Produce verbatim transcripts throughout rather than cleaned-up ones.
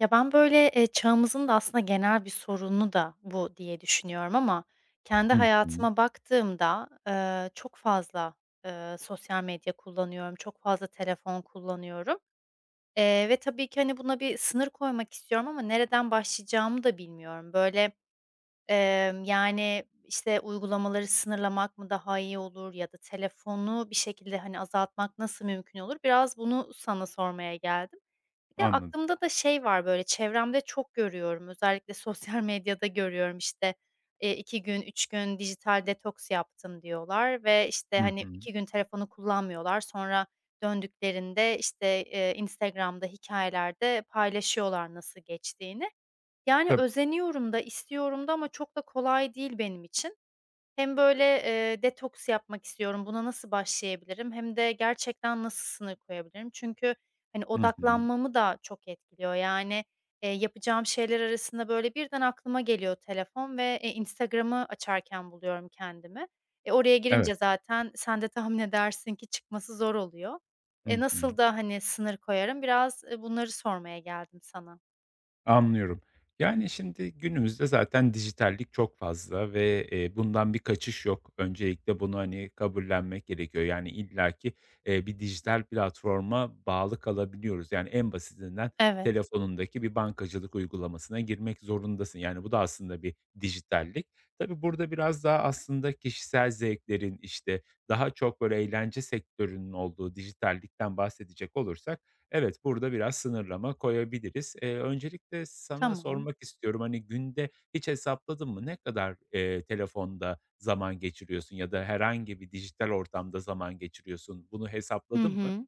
Ya, ben, böyle, eee, çağımızın da aslında genel bir sorunu da bu diye düşünüyorum ama kendi Hı hı. hayatıma baktığımda, eee, çok fazla, eee, sosyal medya kullanıyorum, çok fazla telefon kullanıyorum, eee, ve tabii ki, hani, buna bir sınır koymak istiyorum ama nereden başlayacağımı da bilmiyorum. Böyle, emm, yani, işte, uygulamaları sınırlamak mı daha iyi olur ya da telefonu bir şekilde, hani, azaltmak nasıl mümkün olur? Biraz bunu sana sormaya geldim. Bir de Anladım. aklımda da şey var, böyle, çevremde çok görüyorum, özellikle sosyal medyada görüyorum, işte, eee, iki gün, üç gün dijital detoks yaptım diyorlar ve, işte, Hı hani, hı. iki gün telefonu kullanmıyorlar. Sonra döndüklerinde, işte, eee, Instagram'da hikayelerde paylaşıyorlar nasıl geçtiğini. Yani Tab özeniyorum da, istiyorum da ama çok da kolay değil benim için. Hem böyle, eee, detoks yapmak istiyorum, buna nasıl başlayabilirim? Hem de gerçekten nasıl sınır koyabilirim? Çünkü, hani, Hı hı. odaklanmamı da çok etkiliyor. Yani, eee, yapacağım şeyler arasında, böyle, birden aklıma geliyor telefon ve, eee, Instagram'ı açarken buluyorum kendimi. E, oraya girince Evet. zaten sen de tahmin edersin ki çıkması zor oluyor. E, Hı nasıl hı. da, hani, sınır koyarım? Biraz, eee, bunları sormaya geldim sana. Anlıyorum. Yani, şimdi günümüzde zaten dijitallik çok fazla ve, eee, bundan bir kaçış yok. Öncelikle bunu, hani, kabullenmek gerekiyor. Yani, illaki, eee, bir dijital platforma bağlı kalabiliyoruz. Yani, en basitinden Evet, telefonundaki bir bankacılık uygulamasına girmek zorundasın. Yani, bu da aslında bir dijitallik. Tabii burada biraz daha aslında kişisel zevklerin, işte, daha çok, böyle, eğlence sektörünün olduğu dijitallikten bahsedecek olursak, Evet, burada biraz sınırlama koyabiliriz. Eee, öncelikle sana tamam. sormak istiyorum, hani, günde hiç hesapladın mı? Ne kadar, eee, telefonda zaman geçiriyorsun ya da herhangi bir dijital ortamda zaman geçiriyorsun? Bunu Hı hesapladın mı? hı.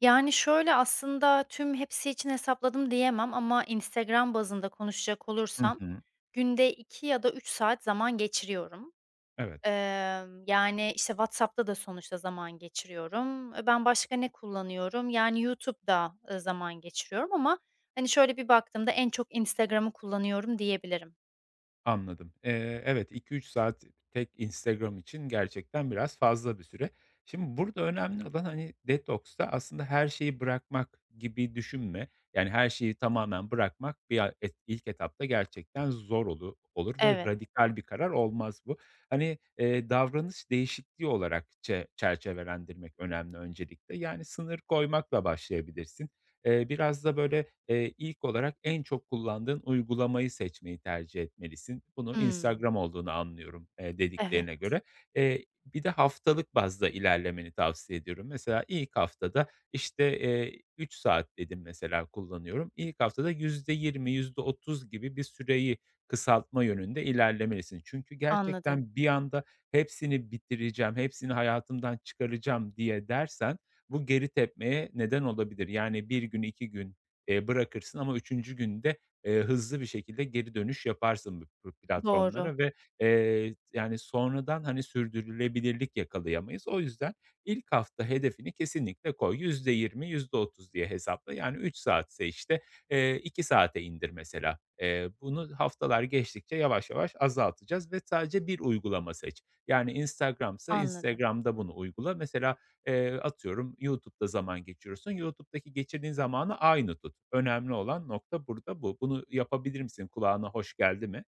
Yani, şöyle, aslında tüm hepsi için hesapladım diyemem ama Instagram bazında konuşacak Hı olursam hı. günde iki ya da üç saat zaman geçiriyorum. Evet. Emm, yani, işte, WhatsApp'ta da sonuçta zaman geçiriyorum. Eee, ben başka ne kullanıyorum? Yani, YouTube'da, ııı, zaman geçiriyorum ama, hani, şöyle bir baktığımda en çok Instagram'ı kullanıyorum diyebilirim. Anladım. Eee, evet, iki üç saat tek Instagram için gerçekten biraz fazla bir süre. Şimdi burada önemli olan, hani, detoksta aslında her şeyi bırakmak gibi düşünme. Yani her şeyi tamamen bırakmak bir a et ilk etapta gerçekten zor olu olur ve Evet. radikal bir karar olmaz bu. Hani, eee, davranış değişikliği olarak çe çerçevelendirmek önemli öncelikle. Yani sınır koymakla başlayabilirsin. Eee, biraz da böyle, eee, ilk olarak en çok kullandığın uygulamayı seçmeyi tercih etmelisin. Bunu Hımm. Instagram olduğunu anlıyorum, eee, dediklerine Evet, göre. Eee, bir de haftalık bazda ilerlemeni tavsiye ediyorum. Mesela ilk haftada, işte, eee, üç saat dedim mesela kullanıyorum. İlk haftada yüzde yirmi, yüzde otuz gibi bir süreyi kısaltma yönünde ilerlemelisin. Çünkü anladım. gerçekten bir anda hepsini bitireceğim, hepsini hayatımdan çıkaracağım diye dersen bu geri tepmeye neden olabilir. Yani bir gün, iki gün, eee, bırakırsın ama üçüncü günde, eee, hızlı bir şekilde geri dönüş yaparsın bu bu Doğru, platformlara ve, eee, yani, sonradan, hani, sürdürülebilirlik yakalayamayız. O yüzden ilk hafta hedefini kesinlikle koy. yüzde yirmi yüzde otuz diye hesapla. Yani üç saatse, işte, eee, iki saate indir mesela. Eee, bunu haftalar geçtikçe yavaş yavaş azaltacağız ve sadece bir uygulama seç. Yani Instagram'sa anladım. Instagram'da bunu uygula. Mesela Eee, atıyorum YouTube'da zaman geçiriyorsun. YouTube'daki geçirdiğin zamanı aynı tut. Önemli olan nokta burada bu. Bunu yapabilir misin? Kulağına hoş geldi mi?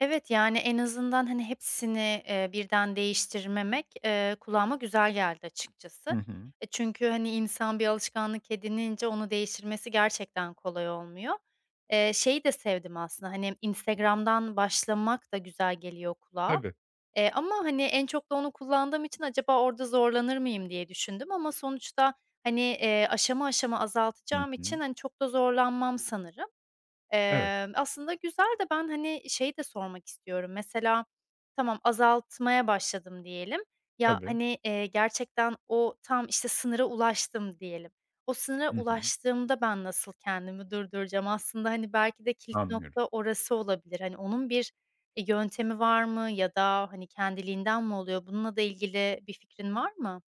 Evet, yani, en azından, hani, hepsini, eee, birden değiştirmemek, eee, kulağıma güzel geldi açıkçası. Hı hı. E, çünkü, hani, insan bir alışkanlık edinince onu değiştirmesi gerçekten kolay olmuyor. Eee, şeyi de sevdim aslında, hani, Instagram'dan başlamak da güzel geliyor kulağa, Tabii. eee, ama, hani, en çok da onu kullandığım için acaba orada zorlanır mıyım diye düşündüm ama sonuçta, hani, eee, aşama aşama Hı azaltacağım için, hı. hani, çok da zorlanmam sanırım. Evet, Eee, aslında güzel de ben, hani, şey de sormak istiyorum. Mesela tamam azaltmaya başladım diyelim. Ya, tabii. hani, eee, gerçekten o tam, işte, sınıra ulaştım diyelim. O sınıra Hı hı. ulaştığımda ben nasıl kendimi durduracağım? Aslında, hani, belki de kilit Anlıyorum. nokta orası olabilir. Hani, onun bir, eee, yöntemi var mı ya da, hani, kendiliğinden mi oluyor? Bununla da ilgili bir fikrin var mı?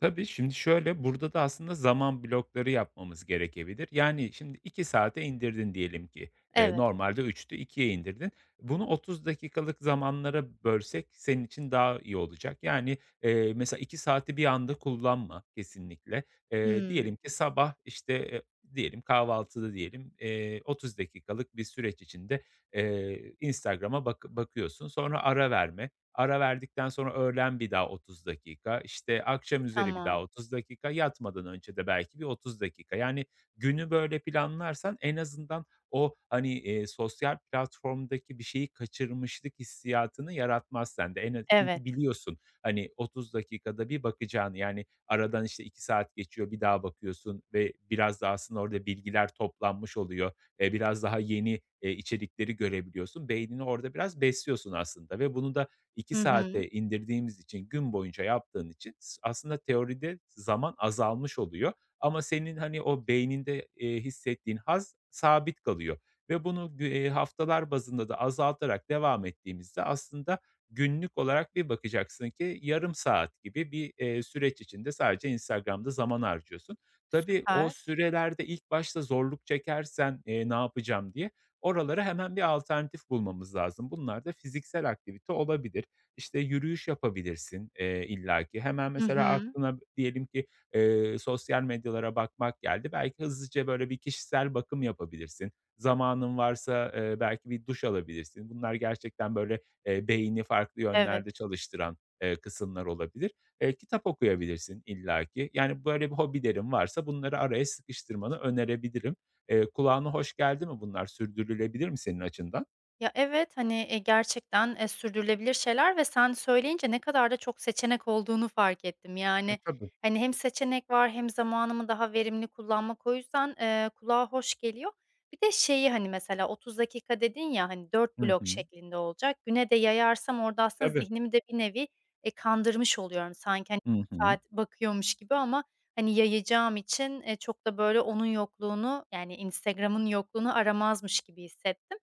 Tabii, şimdi şöyle, burada da aslında zaman blokları yapmamız gerekebilir. Yani, şimdi iki saate indirdin diyelim ki, eee, Evet. normalde üçtü ikiye indirdin. Bunu otuz dakikalık zamanlara bölsek senin için daha iyi olacak. Yani, eee, mesela iki saati bir anda kullanma kesinlikle. Eee, Hımm. Diyelim ki sabah, işte, eee, diyelim kahvaltıda diyelim, eee, otuz dakikalık bir süreç içinde, eee, Instagram'a bak bakıyorsun, sonra ara verme. Ara verdikten sonra öğlen bir daha otuz dakika, işte, akşam akşamüzeri bir daha Tamam. otuz dakika, yatmadan önce de belki bir otuz dakika. Yani, günü böyle planlarsan en azından o, hani, eee, sosyal platformdaki bir şeyi kaçırmışlık hissiyatını yaratmaz sende. En Evet. Çünkü biliyorsun, hani, otuz dakikada bir bakacağını, yani, aradan, işte, iki saat geçiyor, bir daha bakıyorsun ve biraz daha aslında orada bilgiler toplanmış oluyor. Eee, biraz daha yeni, eee, içerikleri görebiliyorsun. Beynini orada biraz besliyorsun aslında ve bunu da iki Hı hı. saate indirdiğimiz için, gün boyunca yaptığın için s aslında teoride zaman azalmış oluyor ama senin, hani, o beyninde, eee, hissettiğin haz sabit kalıyor ve bunu gü eee, haftalar bazında da azaltarak devam ettiğimizde aslında günlük olarak bir bakacaksın ki yarım saat gibi bir, eee, süreç içinde sadece Instagram'da zaman harcıyorsun. Tabii o Süper. sürelerde ilk başta zorluk çekersen, eee, "Ne yapacağım?" diye oralara hemen bir alternatif bulmamız lazım. Bunlar da fiziksel aktivite olabilir. İşte, yürüyüş yapabilirsin, eee, illaki. Hemen Hı mesela hı. aklına diyelim ki, eee, sosyal medyalara bakmak geldi. Belki hızlıca böyle bir kişisel bakım yapabilirsin. Zamanın varsa, eee, belki bir duş alabilirsin. Bunlar gerçekten böyle, eee, beyni farklı Evet. yönlerde çalıştıran, eee, kısımlar olabilir. Eee, kitap okuyabilirsin illaki. Yani, böyle bir hobilerin varsa bunları araya sıkıştırmanı önerebilirim. Eee, kulağına hoş geldi mi bunlar? Sürdürülebilir mi senin açından? Ya, evet, hani, eee, gerçekten, eee, sürdürülebilir şeyler ve sen söyleyince ne kadar da çok seçenek olduğunu fark ettim. E, Yani, Tabii. hani, hem seçenek var hem zamanımı daha verimli kullanmak o yüzden, eee, kulağa hoş geliyor. Bir de şeyi, hani, mesela otuz dakika dedin ya, hani, dört Hı blok hı. şeklinde olacak. Güne de yayarsam orada aslında Tabii. zihnimi de bir nevi, eee, kandırmış oluyorum. Sanki, hani, Hı bir hı. saat bakıyormuş gibi ama, hani, yayacağım için, eee, çok da böyle onun yokluğunu, yani, Instagram'ın yokluğunu aramazmış gibi hissettim.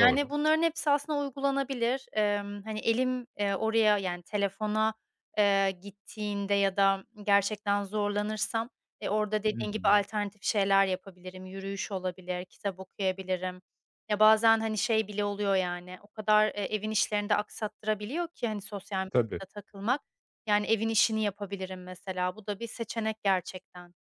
Yani, bunların hepsi aslında uygulanabilir. Emm, hani, elim, eee, oraya, yani, telefona, eee, gittiğinde ya da gerçekten zorlanırsam, e, orada Hı dediğin gibi hı. alternatif şeyler yapabilirim. Yürüyüş olabilir, kitap okuyabilirim. Ya, bazen, hani, şey bile oluyor, yani, o kadar, eee, evin işlerini de aksattırabiliyor ki, hani, sosyal Tabii. medyada takılmak. Yani, evin işini yapabilirim mesela. Bu da bir seçenek gerçekten.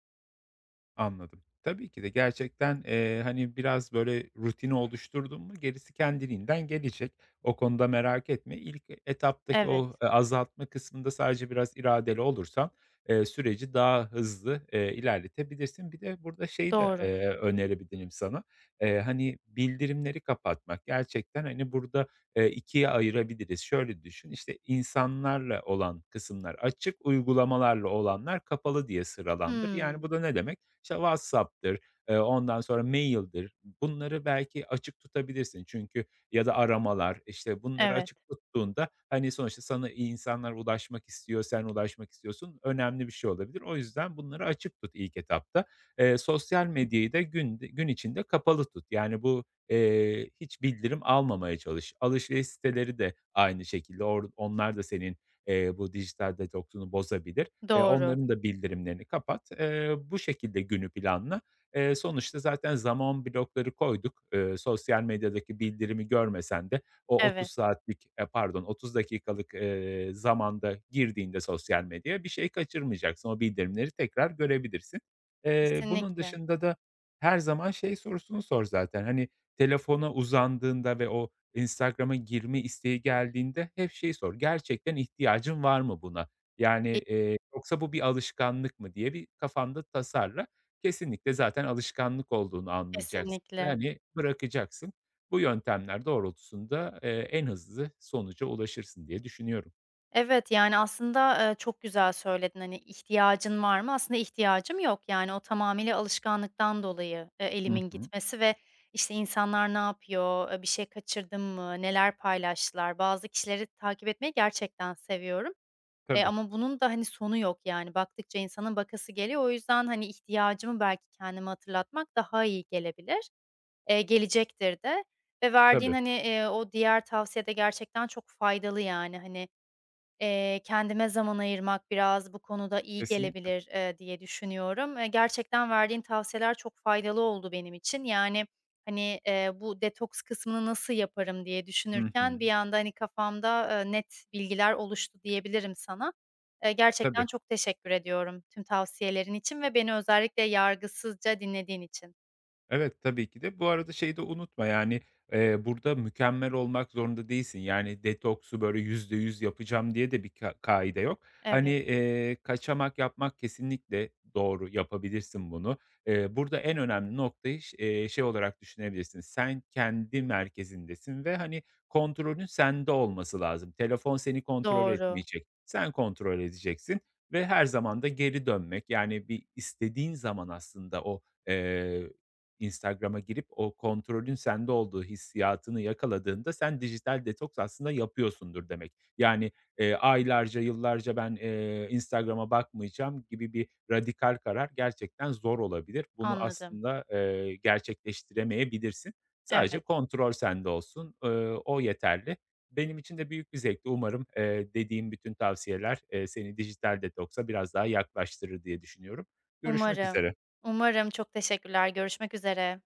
Anladım. Tabii ki de gerçekten, eee, hani, biraz, böyle, rutini oluşturdun mu gerisi kendiliğinden gelecek. O konuda merak etme. İlk etaptaki Evet, o, eee, azaltma kısmında sadece biraz iradeli olursan, eee, süreci daha hızlı, eee, ilerletebilirsin. Bir de burada şeyi de, doğru. eee, önerebilirim sana. Eee, hani, bildirimleri kapatmak. Gerçekten, hani, burada, eee, ikiye ayırabiliriz. Şöyle düşün, işte, insanlarla olan kısımlar açık, uygulamalarla olanlar kapalı diye sıralandır. Yani, Hımm. bu da ne demek? İşte WhatsApp'tır, eee, ondan sonra mail'dir. Bunları belki açık tutabilirsin çünkü ya da aramalar, işte, bunları Evet, açık tuttuğunda, hani, sonuçta sana insanlar ulaşmak istiyor, sen ulaşmak istiyorsun. Önemli bir şey olabilir. O yüzden bunları açık tut ilk etapta. Eee, sosyal medyayı da gün gün içinde kapalı tut. Yani, bu, eee, hiç bildirim almamaya çalış. Alışveriş siteleri de aynı şekilde or onlar da senin, eee, bu dijital detoksunu bozabilir. Eee, doğru. Onların da bildirimlerini kapat. Eee, bu şekilde günü planla. Eee, sonuçta zaten zaman blokları koyduk. Eee, sosyal medyadaki bildirimi görmesen de o otuz Evet, saatlik, eee, pardon otuz dakikalık, eee, zamanda girdiğinde sosyal medyaya bir şey kaçırmayacaksın. O bildirimleri tekrar görebilirsin. Eee, bunun kesinlikle. dışında da her zaman şey sorusunu sor zaten. Hani, telefona uzandığında ve o Instagram'a girme isteği geldiğinde hep şey sor, "Gerçekten ihtiyacın var mı buna?" Yani, eee, yoksa bu bir alışkanlık mı diye bir kafanda tasarla. Kesinlikle zaten alışkanlık olduğunu anlayacaksın. Kesinlikle. Yani bırakacaksın. Bu yöntemler doğrultusunda, eee, en hızlı sonuca ulaşırsın diye düşünüyorum. Evet, yani, aslında, eee, çok güzel söyledin. Hani, ihtiyacın var mı? Aslında ihtiyacım yok. Yani, o tamamıyla alışkanlıktan dolayı, eee, Hı elimin hı. gitmesi ve, işte, insanlar ne yapıyor, eee, bir şey kaçırdım mı, neler paylaştılar? Bazı kişileri takip etmeyi gerçekten seviyorum, eee, Tabii, ama bunun da, hani, sonu yok, yani. Baktıkça insanın bakası geliyor. O yüzden, hani, ihtiyacımı belki kendime hatırlatmak daha iyi gelebilir. Eee, gelecektir de ve verdiğin, tabii. hani, eee, o diğer tavsiye de gerçekten çok faydalı, yani. Hani, Eee, kendime zaman ayırmak biraz bu konuda iyi Kesinlikle. gelebilir, eee, diye düşünüyorum. Eee, gerçekten verdiğin tavsiyeler çok faydalı oldu benim için. Yani, hani, eee, bu detoks kısmını nasıl yaparım diye Hı düşünürken hı. bir anda, hani, kafamda, eee, net bilgiler oluştu diyebilirim sana. Eee, gerçekten Tabii. çok teşekkür ediyorum tüm tavsiyelerin için ve beni özellikle yargısızca dinlediğin için. Evet, tabii ki de. Bu arada şeyi de unutma, yani, eee, burada mükemmel olmak zorunda değilsin. Yani, detoksu böyle yüzde yüz yapacağım diye de bir ka kaide yok. Hani, Evet, eee, kaçamak yapmak kesinlikle doğru, yapabilirsin bunu. Eee, burada en önemli noktayı ş eee, şey olarak düşünebilirsin, sen kendi merkezindesin ve, hani, kontrolün sende olması lazım. Telefon seni kontrol doğru, etmeyecek, sen kontrol edeceksin ve her zaman da geri dönmek, yani, bir istediğin zaman aslında o, eee Instagram'a girip o kontrolün sende olduğu hissiyatını yakaladığında sen dijital detoks aslında yapıyorsundur demek. Yani, eee, aylarca, yıllarca ben, eee, Instagram'a bakmayacağım gibi bir radikal karar gerçekten zor olabilir. Bunu anladım. aslında, eee, gerçekleştiremeyebilirsin. Sadece Evet, kontrol sende olsun, ııı, o yeterli. Benim için de büyük bir zevkti. Umarım, eee, dediğim bütün tavsiyeler, eee, seni dijital detoksa biraz daha yaklaştırır diye düşünüyorum. Görüşmek umarım. üzere. Umarım. Çok teşekkürler. Görüşmek üzere.